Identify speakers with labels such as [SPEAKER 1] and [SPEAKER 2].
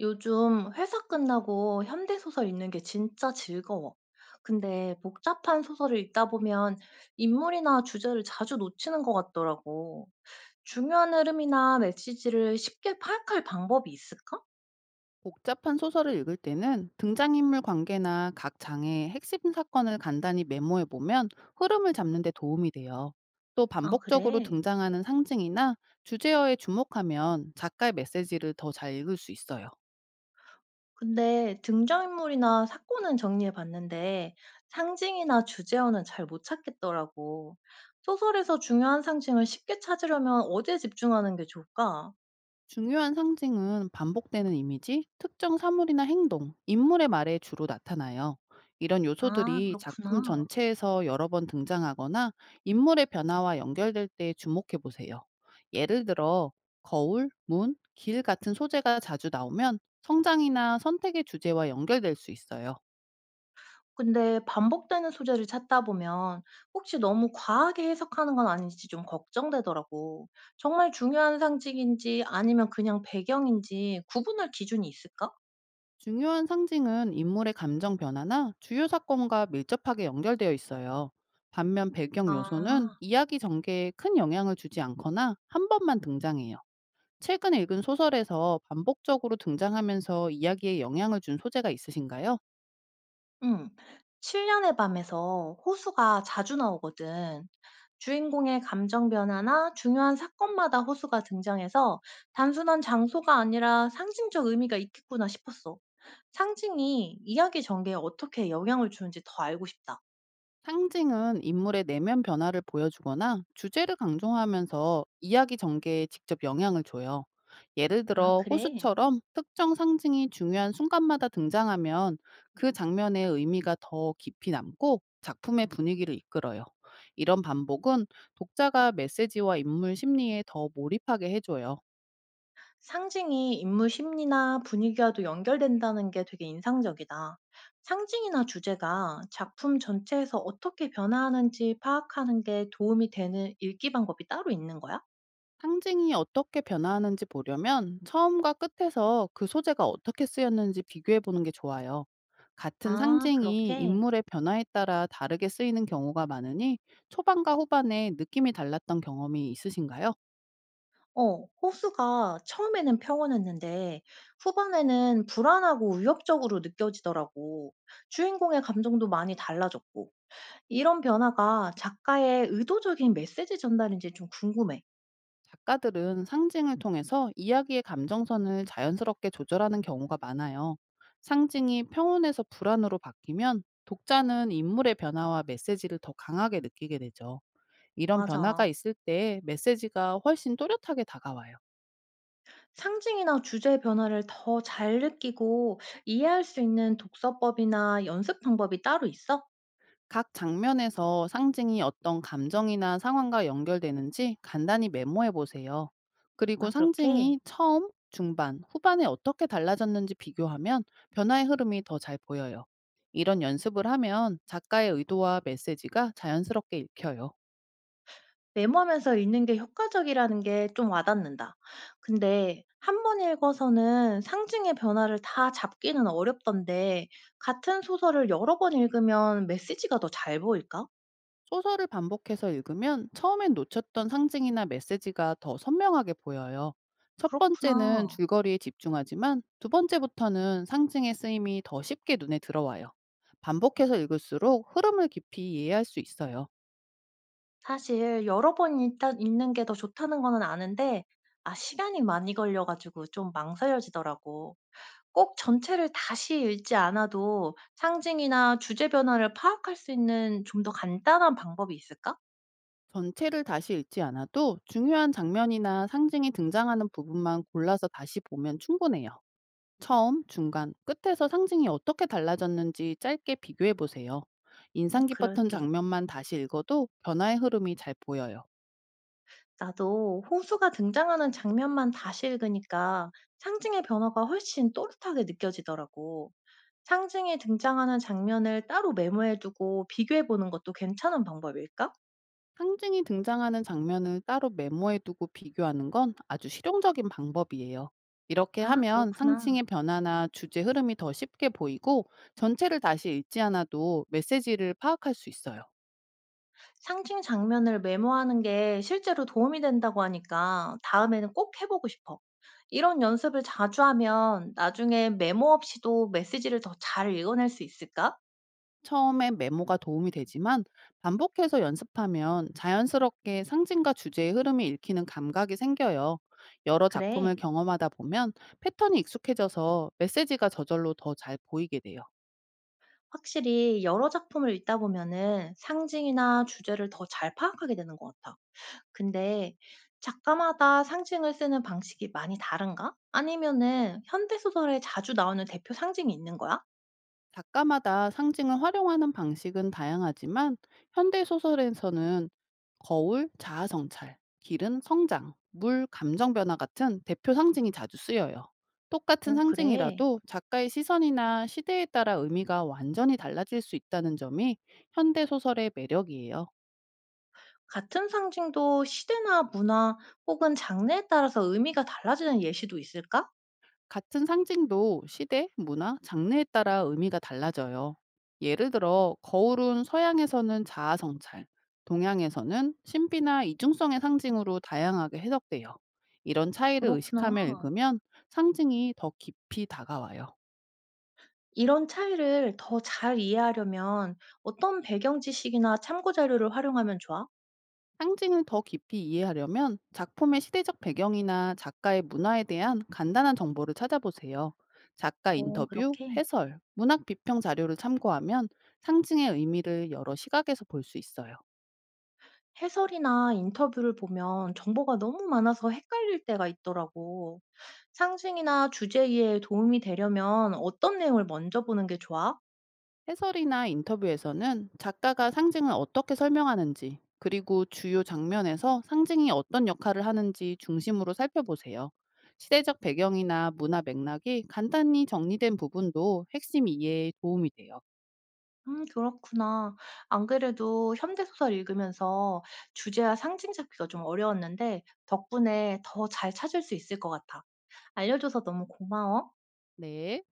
[SPEAKER 1] 요즘 회사 끝나고 현대 소설 읽는 게 진짜 즐거워. 근데 복잡한 소설을 읽다 보면 인물이나 주제를 자주 놓치는 것 같더라고. 중요한 흐름이나 메시지를 쉽게 파악할 방법이 있을까?
[SPEAKER 2] 복잡한 소설을 읽을 때는 등장인물 관계나 각 장의 핵심 사건을 간단히 메모해 보면 흐름을 잡는 데 도움이 돼요. 또
[SPEAKER 1] 아,
[SPEAKER 2] 반복적으로
[SPEAKER 1] 그래.
[SPEAKER 2] 등장하는 상징이나 주제어에 주목하면 작가의 메시지를 더 잘 읽을 수 있어요.
[SPEAKER 1] 근데 등장인물이나 사건은 정리해 봤는데 상징이나 주제어는 잘 못 찾겠더라고. 소설에서 중요한 상징을 쉽게 찾으려면 어디에 집중하는 게 좋을까?
[SPEAKER 2] 중요한 상징은 반복되는 이미지, 특정 사물이나 행동, 인물의 말에 주로 나타나요. 이런
[SPEAKER 1] 아,
[SPEAKER 2] 요소들이 작품
[SPEAKER 1] 그렇구나.
[SPEAKER 2] 전체에서 여러 번 등장하거나 인물의 변화와 연결될 때 주목해 보세요. 예를 들어, 거울, 문, 길 같은 소재가 자주 나오면 성장이나 선택의 주제와 연결될 수 있어요.
[SPEAKER 1] 근데 반복되는 소재를 찾다 보면 혹시 너무 과하게 해석하는 건 아닌지 좀 걱정되더라고. 정말 중요한 상징인지 아니면 그냥 배경인지 구분할 기준이 있을까?
[SPEAKER 2] 중요한 상징은 인물의 감정 변화나 주요 사건과 밀접하게 연결되어 있어요. 반면 배경 요소는
[SPEAKER 1] 아,
[SPEAKER 2] 이야기 전개에 큰 영향을 주지 않거나 한 번만 등장해요. 최근 읽은 소설에서 반복적으로 등장하면서 이야기에 영향을 준 소재가 있으신가요?
[SPEAKER 1] 응. 7년의 밤에서 호수가 자주 나오거든. 주인공의 감정 변화나 중요한 사건마다 호수가 등장해서 단순한 장소가 아니라 상징적 의미가 있겠구나 싶었어. 상징이 이야기 전개에 어떻게 영향을 주는지 더 알고 싶다.
[SPEAKER 2] 상징은 인물의 내면 변화를 보여주거나 주제를 강조하면서 이야기 전개에 직접 영향을 줘요. 예를
[SPEAKER 1] 아,
[SPEAKER 2] 들어
[SPEAKER 1] 그래?
[SPEAKER 2] 호수처럼 특정 상징이 중요한 순간마다 등장하면 그 장면의 의미가 더 깊이 남고 작품의 분위기를 이끌어요. 이런 반복은 독자가 메시지와 인물 심리에 더 몰입하게 해줘요.
[SPEAKER 1] 상징이 인물 심리나 분위기와도 연결된다는 게 되게 인상적이다. 상징이나 주제가 작품 전체에서 어떻게 변화하는지 파악하는 게 도움이 되는 읽기 방법이 따로 있는 거야?
[SPEAKER 2] 상징이 어떻게 변화하는지 보려면 처음과 끝에서 그 소재가 어떻게 쓰였는지 비교해 보는 게 좋아요. 같은
[SPEAKER 1] 아,
[SPEAKER 2] 상징이
[SPEAKER 1] 그렇게?
[SPEAKER 2] 인물의 변화에 따라 다르게 쓰이는 경우가 많으니 초반과 후반에 느낌이 달랐던 경험이 있으신가요?
[SPEAKER 1] 어, 호수가 처음에는 평온했는데 후반에는 불안하고 위협적으로 느껴지더라고. 주인공의 감정도 많이 달라졌고. 이런 변화가 작가의 의도적인 메시지 전달인지 좀 궁금해.
[SPEAKER 2] 작가들은 상징을 통해서 이야기의 감정선을 자연스럽게 조절하는 경우가 많아요. 상징이 평온에서 불안으로 바뀌면 독자는 인물의 변화와 메시지를 더 강하게 느끼게 되죠. 이런 변화가
[SPEAKER 1] 맞아.
[SPEAKER 2] 있을 때 메시지가 훨씬 또렷하게 다가와요.
[SPEAKER 1] 상징이나 주제 변화를 더 잘 느끼고 이해할 수 있는 독서법이나 연습 방법이 따로 있어?
[SPEAKER 2] 각 장면에서 상징이 어떤 감정이나 상황과 연결되는지 간단히 메모해 보세요. 그리고
[SPEAKER 1] 아, 그렇게?
[SPEAKER 2] 상징이 처음, 중반, 후반에 어떻게 달라졌는지 비교하면 변화의 흐름이 더 잘 보여요. 이런 연습을 하면 작가의 의도와 메시지가 자연스럽게 읽혀요.
[SPEAKER 1] 메모하면서 읽는 게 효과적이라는 게 좀 와닿는다. 근데 한 번 읽어서는 상징의 변화를 다 잡기는 어렵던데, 같은 소설을 여러 번 읽으면 메시지가 더 잘 보일까?
[SPEAKER 2] 소설을 반복해서 읽으면 처음엔 놓쳤던 상징이나 메시지가 더 선명하게 보여요. 첫 번째는
[SPEAKER 1] 그렇구나.
[SPEAKER 2] 줄거리에 집중하지만 두 번째부터는 상징의 쓰임이 더 쉽게 눈에 들어와요. 반복해서 읽을수록 흐름을 깊이 이해할 수 있어요.
[SPEAKER 1] 사실 여러 번 일단 읽는 게 더 좋다는 거는 아는데, 시간이 많이 걸려가지고 좀 망설여지더라고. 꼭 전체를 다시 읽지 않아도 상징이나 주제 변화를 파악할 수 있는 좀 더 간단한 방법이 있을까?
[SPEAKER 2] 전체를 다시 읽지 않아도 중요한 장면이나 상징이 등장하는 부분만 골라서 다시 보면 충분해요. 처음, 중간, 끝에서 상징이 어떻게 달라졌는지 짧게 비교해 보세요.
[SPEAKER 1] 어
[SPEAKER 2] 인상 깊었던
[SPEAKER 1] 그럴게.
[SPEAKER 2] 장면만 다시 읽어도 변화의 흐름이 잘 보여요.
[SPEAKER 1] 나도 호수가 등장하는 장면만 다시 읽으니까 상징의 변화가 훨씬 또렷하게 느껴지더라고. 상징이 등장하는 장면을 따로 메모해두고 비교해보는 것도 괜찮은 방법일까?
[SPEAKER 2] 상징이 등장하는 장면을 따로 메모해 두고 비교하는 건 아주 실용적인 방법이에요. 이렇게
[SPEAKER 1] 아,
[SPEAKER 2] 하면
[SPEAKER 1] 그렇구나.
[SPEAKER 2] 상징의 변화나 주제 흐름이 더 쉽게 보이고 전체를 다시 읽지 않아도 메시지를 파악할 수 있어요.
[SPEAKER 1] 상징 장면을 메모하는 게 실제로 도움이 된다고 하니까 다음에는 꼭 해보고 싶어. 이런 연습을 자주 하면 나중에 메모 없이도 메시지를 더 잘 읽어낼 수 있을까?
[SPEAKER 2] 처음엔 메모가 도움이 되지만 반복해서 연습하면 자연스럽게 상징과 주제의 흐름이 읽히는 감각이 생겨요. 여러 작품을
[SPEAKER 1] 그래.
[SPEAKER 2] 경험하다 보면 패턴이 익숙해져서 메시지가 저절로 더 잘 보이게 돼요.
[SPEAKER 1] 확실히 여러 작품을 읽다 보면은 상징이나 주제를 더 잘 파악하게 되는 것 같아. 근데 작가마다 상징을 쓰는 방식이 많이 다른가? 아니면은 현대소설에 자주 나오는 대표 상징이 있는 거야?
[SPEAKER 2] 작가마다 상징을 활용하는 방식은 다양하지만 현대 소설에서는 거울, 자아 성찰, 길은 성장, 물, 감정 변화 같은 대표 상징이 자주 쓰여요. 똑같은
[SPEAKER 1] 어, 그래.
[SPEAKER 2] 상징이라도 작가의 시선이나 시대에 따라 의미가 완전히 달라질 수 있다는 점이 현대 소설의 매력이에요.
[SPEAKER 1] 같은 상징도 시대나 문화 혹은 장르에 따라서 의미가 달라지는 예시도 있을까?
[SPEAKER 2] 같은 상징도 시대, 문화, 장르에 따라 의미가 달라져요. 예를 들어, 거울은 서양에서는 자아성찰, 동양에서는 신비나 이중성의 상징으로 다양하게 해석돼요. 이런 차이를
[SPEAKER 1] 그렇구나.
[SPEAKER 2] 의식하며 읽으면 상징이 더 깊이 다가와요.
[SPEAKER 1] 이런 차이를 더 잘 이해하려면 어떤 배경 지식이나 참고 자료를 활용하면 좋아?
[SPEAKER 2] 상징을 더 깊이 이해하려면 작품의 시대적 배경이나 작가의 문화에 대한 간단한 정보를 찾아보세요. 작가
[SPEAKER 1] 어,
[SPEAKER 2] 인터뷰,
[SPEAKER 1] 그렇게.
[SPEAKER 2] 해설, 문학 비평 자료를 참고하면 상징의 의미를 여러 시각에서 볼 수 있어요.
[SPEAKER 1] 해설이나 인터뷰를 보면 정보가 너무 많아서 헷갈릴 때가 있더라고. 상징이나 주제 이해에 도움이 되려면 어떤 내용을 먼저 보는 게 좋아?
[SPEAKER 2] 해설이나 인터뷰에서는 작가가 상징을 어떻게 설명하는지, 그리고 주요 장면에서 상징이 어떤 역할을 하는지 중심으로 살펴보세요. 시대적 배경이나 문화 맥락이 간단히 정리된 부분도 핵심 이해에 도움이 돼요.
[SPEAKER 1] 그렇구나. 안 그래도 현대소설 읽으면서 주제와 상징 잡기가 좀 어려웠는데 덕분에 더 잘 찾을 수 있을 것 같아. 알려줘서 너무 고마워.
[SPEAKER 2] 네.